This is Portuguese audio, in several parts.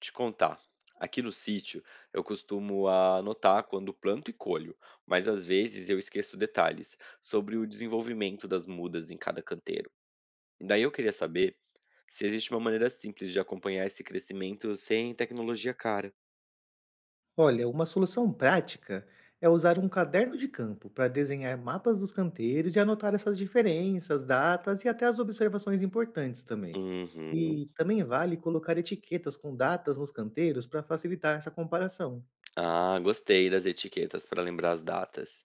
Te contar. Aqui no sítio, eu costumo anotar quando planto e colho, mas às vezes eu esqueço detalhes sobre o desenvolvimento das mudas em cada canteiro. Daí eu queria saber se existe uma maneira simples de acompanhar esse crescimento sem tecnologia cara. Olha, uma solução prática é usar um caderno de campo para desenhar mapas dos canteiros e anotar essas diferenças, datas e até as observações importantes também. Uhum. E também vale colocar etiquetas com datas nos canteiros para facilitar essa comparação. Ah, gostei das etiquetas para lembrar as datas.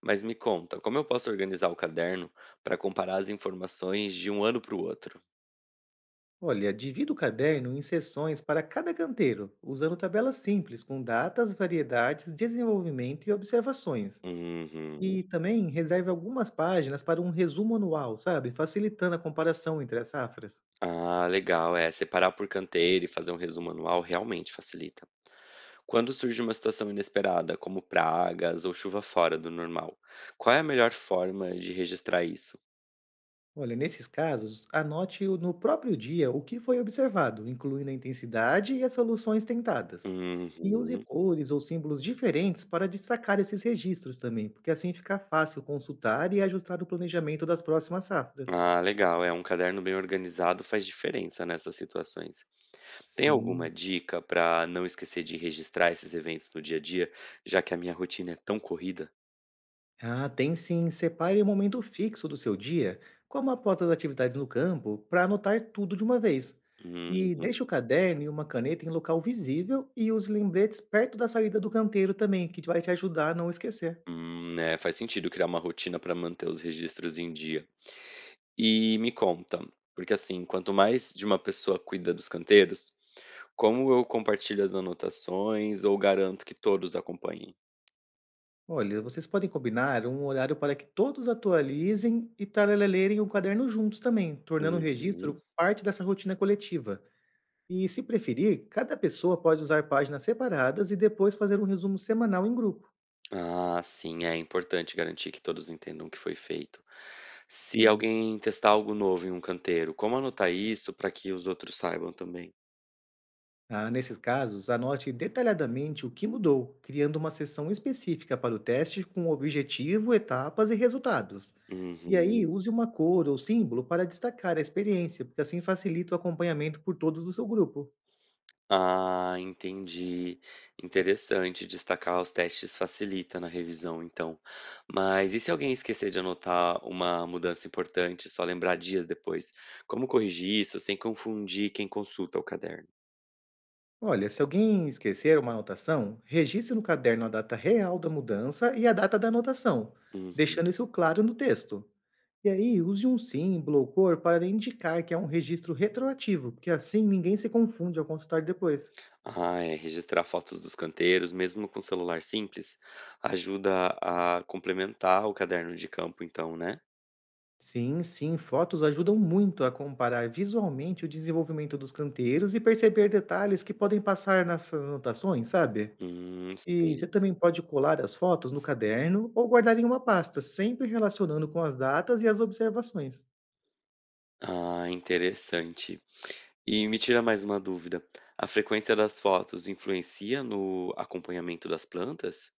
Mas me conta, como eu posso organizar o caderno para comparar as informações de um ano para o outro? Olha, divida o caderno em seções para cada canteiro, usando tabelas simples com datas, variedades, desenvolvimento e observações. Uhum. E também reserve algumas páginas para um resumo anual, sabe? Facilitando a comparação entre as safras. Ah, legal. É, separar por canteiro e fazer um resumo anual realmente facilita. Quando surge uma situação inesperada, como pragas ou chuva fora do normal, qual é a melhor forma de registrar isso? Olha, nesses casos, no próprio dia o que foi observado, incluindo a intensidade e as soluções tentadas. E use Uhum. cores ou símbolos diferentes para destacar esses registros também, porque assim fica fácil consultar e ajustar o planejamento das próximas safras. Ah, legal. É, um caderno bem organizado faz diferença nessas situações. Tem Sim. alguma dica para não esquecer de registrar esses eventos no dia a dia, já que a minha rotina é tão corrida? Ah, tem sim. Separe um momento fixo do seu dia, como após as atividades no campo, para anotar tudo de uma vez. Uhum. E deixe o caderno e uma caneta em local visível e os lembretes perto da saída do canteiro também, que vai te ajudar a não esquecer. É, faz sentido criar uma rotina para manter os registros em dia. E me conta, porque assim, quanto mais de uma pessoa cuida dos canteiros, como eu compartilho as anotações ou garanto que todos acompanhem? Olha, vocês podem combinar um horário para que todos atualizem e paralelerem o caderno juntos também, tornando o registro Uhum. parte dessa rotina coletiva. E, se preferir, cada pessoa pode usar páginas separadas e depois fazer um resumo semanal em grupo. Ah, sim, é importante garantir que todos entendam o que foi feito. Se Sim. alguém testar algo novo em um canteiro, como anotar isso para que os outros saibam também? Ah, nesses casos, anote detalhadamente o que mudou, criando uma seção específica para o teste com objetivo, etapas e resultados. E Uhum. aí, use uma cor ou símbolo para destacar a experiência, porque assim facilita o acompanhamento por todos do seu grupo. Ah, entendi. Interessante, destacar os testes facilita na revisão, então. Mas e se alguém esquecer de anotar uma mudança importante, só lembrar dias depois? Como corrigir isso sem confundir quem consulta o caderno? Olha, se alguém esquecer uma anotação, registre no caderno a data real da mudança e a data da anotação, Hum. deixando isso claro no texto. E aí, use um símbolo ou cor para indicar que é um registro retroativo, porque assim ninguém se confunde ao consultar depois. Ah, é. Registrar fotos dos canteiros, mesmo com celular simples, ajuda a complementar o caderno de campo, então, né? Sim, sim, fotos ajudam muito a comparar visualmente o desenvolvimento dos canteiros e perceber detalhes que podem passar nas anotações, sabe? E você Sei. também pode colar as fotos no caderno ou guardar em uma pasta, sempre relacionando com as datas e as observações. Ah, interessante. E me tira mais uma dúvida. A frequência das fotos influencia no acompanhamento das plantas?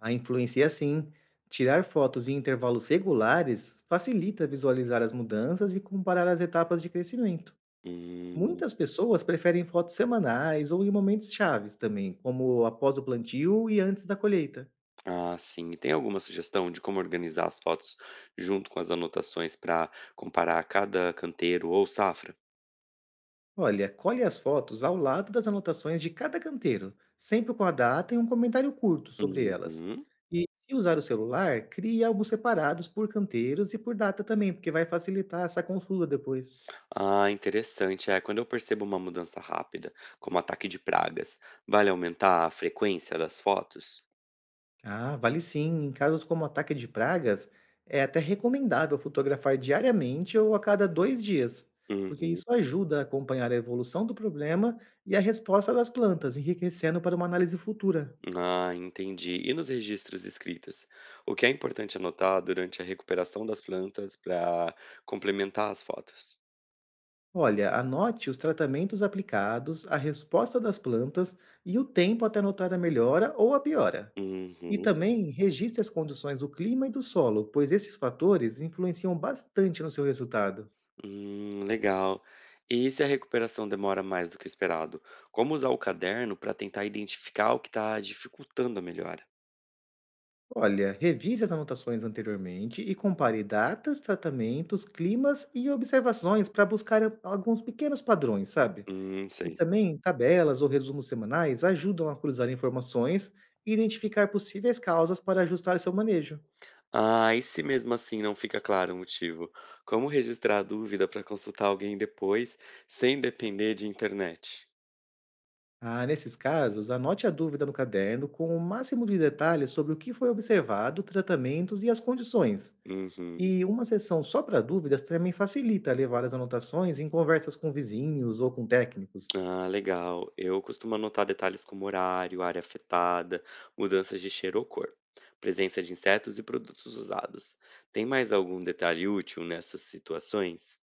A influencia sim. Tirar fotos em intervalos regulares facilita visualizar as mudanças e comparar as etapas de crescimento. Hum, Muitas pessoas preferem fotos semanais ou em momentos chaves também, como após o plantio e antes da colheita. ah, sim. E tem alguma sugestão de como organizar as fotos junto com as anotações para comparar cada canteiro ou safra? Olha, colhe as fotos ao lado das anotações de cada canteiro, sempre com a data e um comentário curto sobre elas. Uhum. E se usar o celular, crie álbuns separados por canteiros e por data também, porque vai facilitar essa consulta depois. Ah, interessante. É, quando eu percebo uma mudança rápida, como ataque de pragas, vale aumentar a frequência das fotos? Ah, vale sim. Em casos como ataque de pragas, é até recomendável fotografar diariamente ou a cada dois dias, porque Uhum. isso ajuda a acompanhar a evolução do problema e a resposta das plantas, enriquecendo para uma análise futura. Ah, entendi. E nos registros escritos? O que é importante anotar durante a recuperação das plantas para complementar as fotos? Olha, anote os tratamentos aplicados, a resposta das plantas e o tempo até notar a melhora ou a piora. E Uhum. também registre as condições do clima e do solo, pois esses fatores influenciam bastante no seu resultado. Legal. E se a recuperação demora mais do que o esperado? Como usar o caderno para tentar identificar o que está dificultando a melhora? Olha, revise as anotações anteriormente e compare datas, tratamentos, climas e observações para alguns pequenos padrões, sabe? E Sei. também tabelas ou resumos semanais ajudam a cruzar informações e identificar possíveis causas para ajustar seu manejo. Ah, e se mesmo assim não fica claro o motivo? Como registrar a dúvida para consultar alguém depois, sem depender de internet? Ah, nesses casos, anote a dúvida no caderno com o máximo de detalhes sobre o que foi observado, tratamentos e as condições. Uhum. E uma sessão só para dúvidas também facilita levar as anotações em conversas com vizinhos ou com técnicos. Ah, legal. Eu costumo anotar detalhes como horário, área afetada, mudanças de cheiro ou cor, presença de insetos e produtos usados. Tem mais algum detalhe útil nessas situações?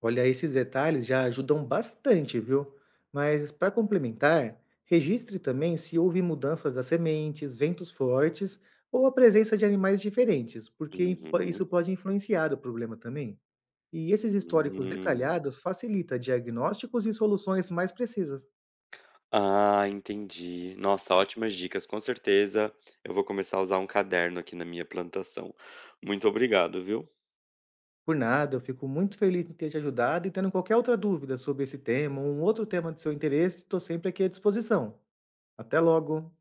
Olha, esses detalhes já ajudam bastante, viu? Mas para complementar, registre também se houve mudanças das sementes, ventos fortes ou a presença de animais diferentes, porque Uhum. isso pode influenciar o problema também. E esses históricos Hum. detalhados facilita diagnósticos e soluções mais precisas. Ah, entendi. Nossa, ótimas dicas. Com certeza eu vou começar a usar um caderno aqui na minha plantação. Muito obrigado, viu? Por nada, eu fico muito feliz em ter te ajudado e tendo qualquer outra dúvida sobre esse tema ou um outro tema de seu interesse, estou sempre aqui à disposição. Até logo!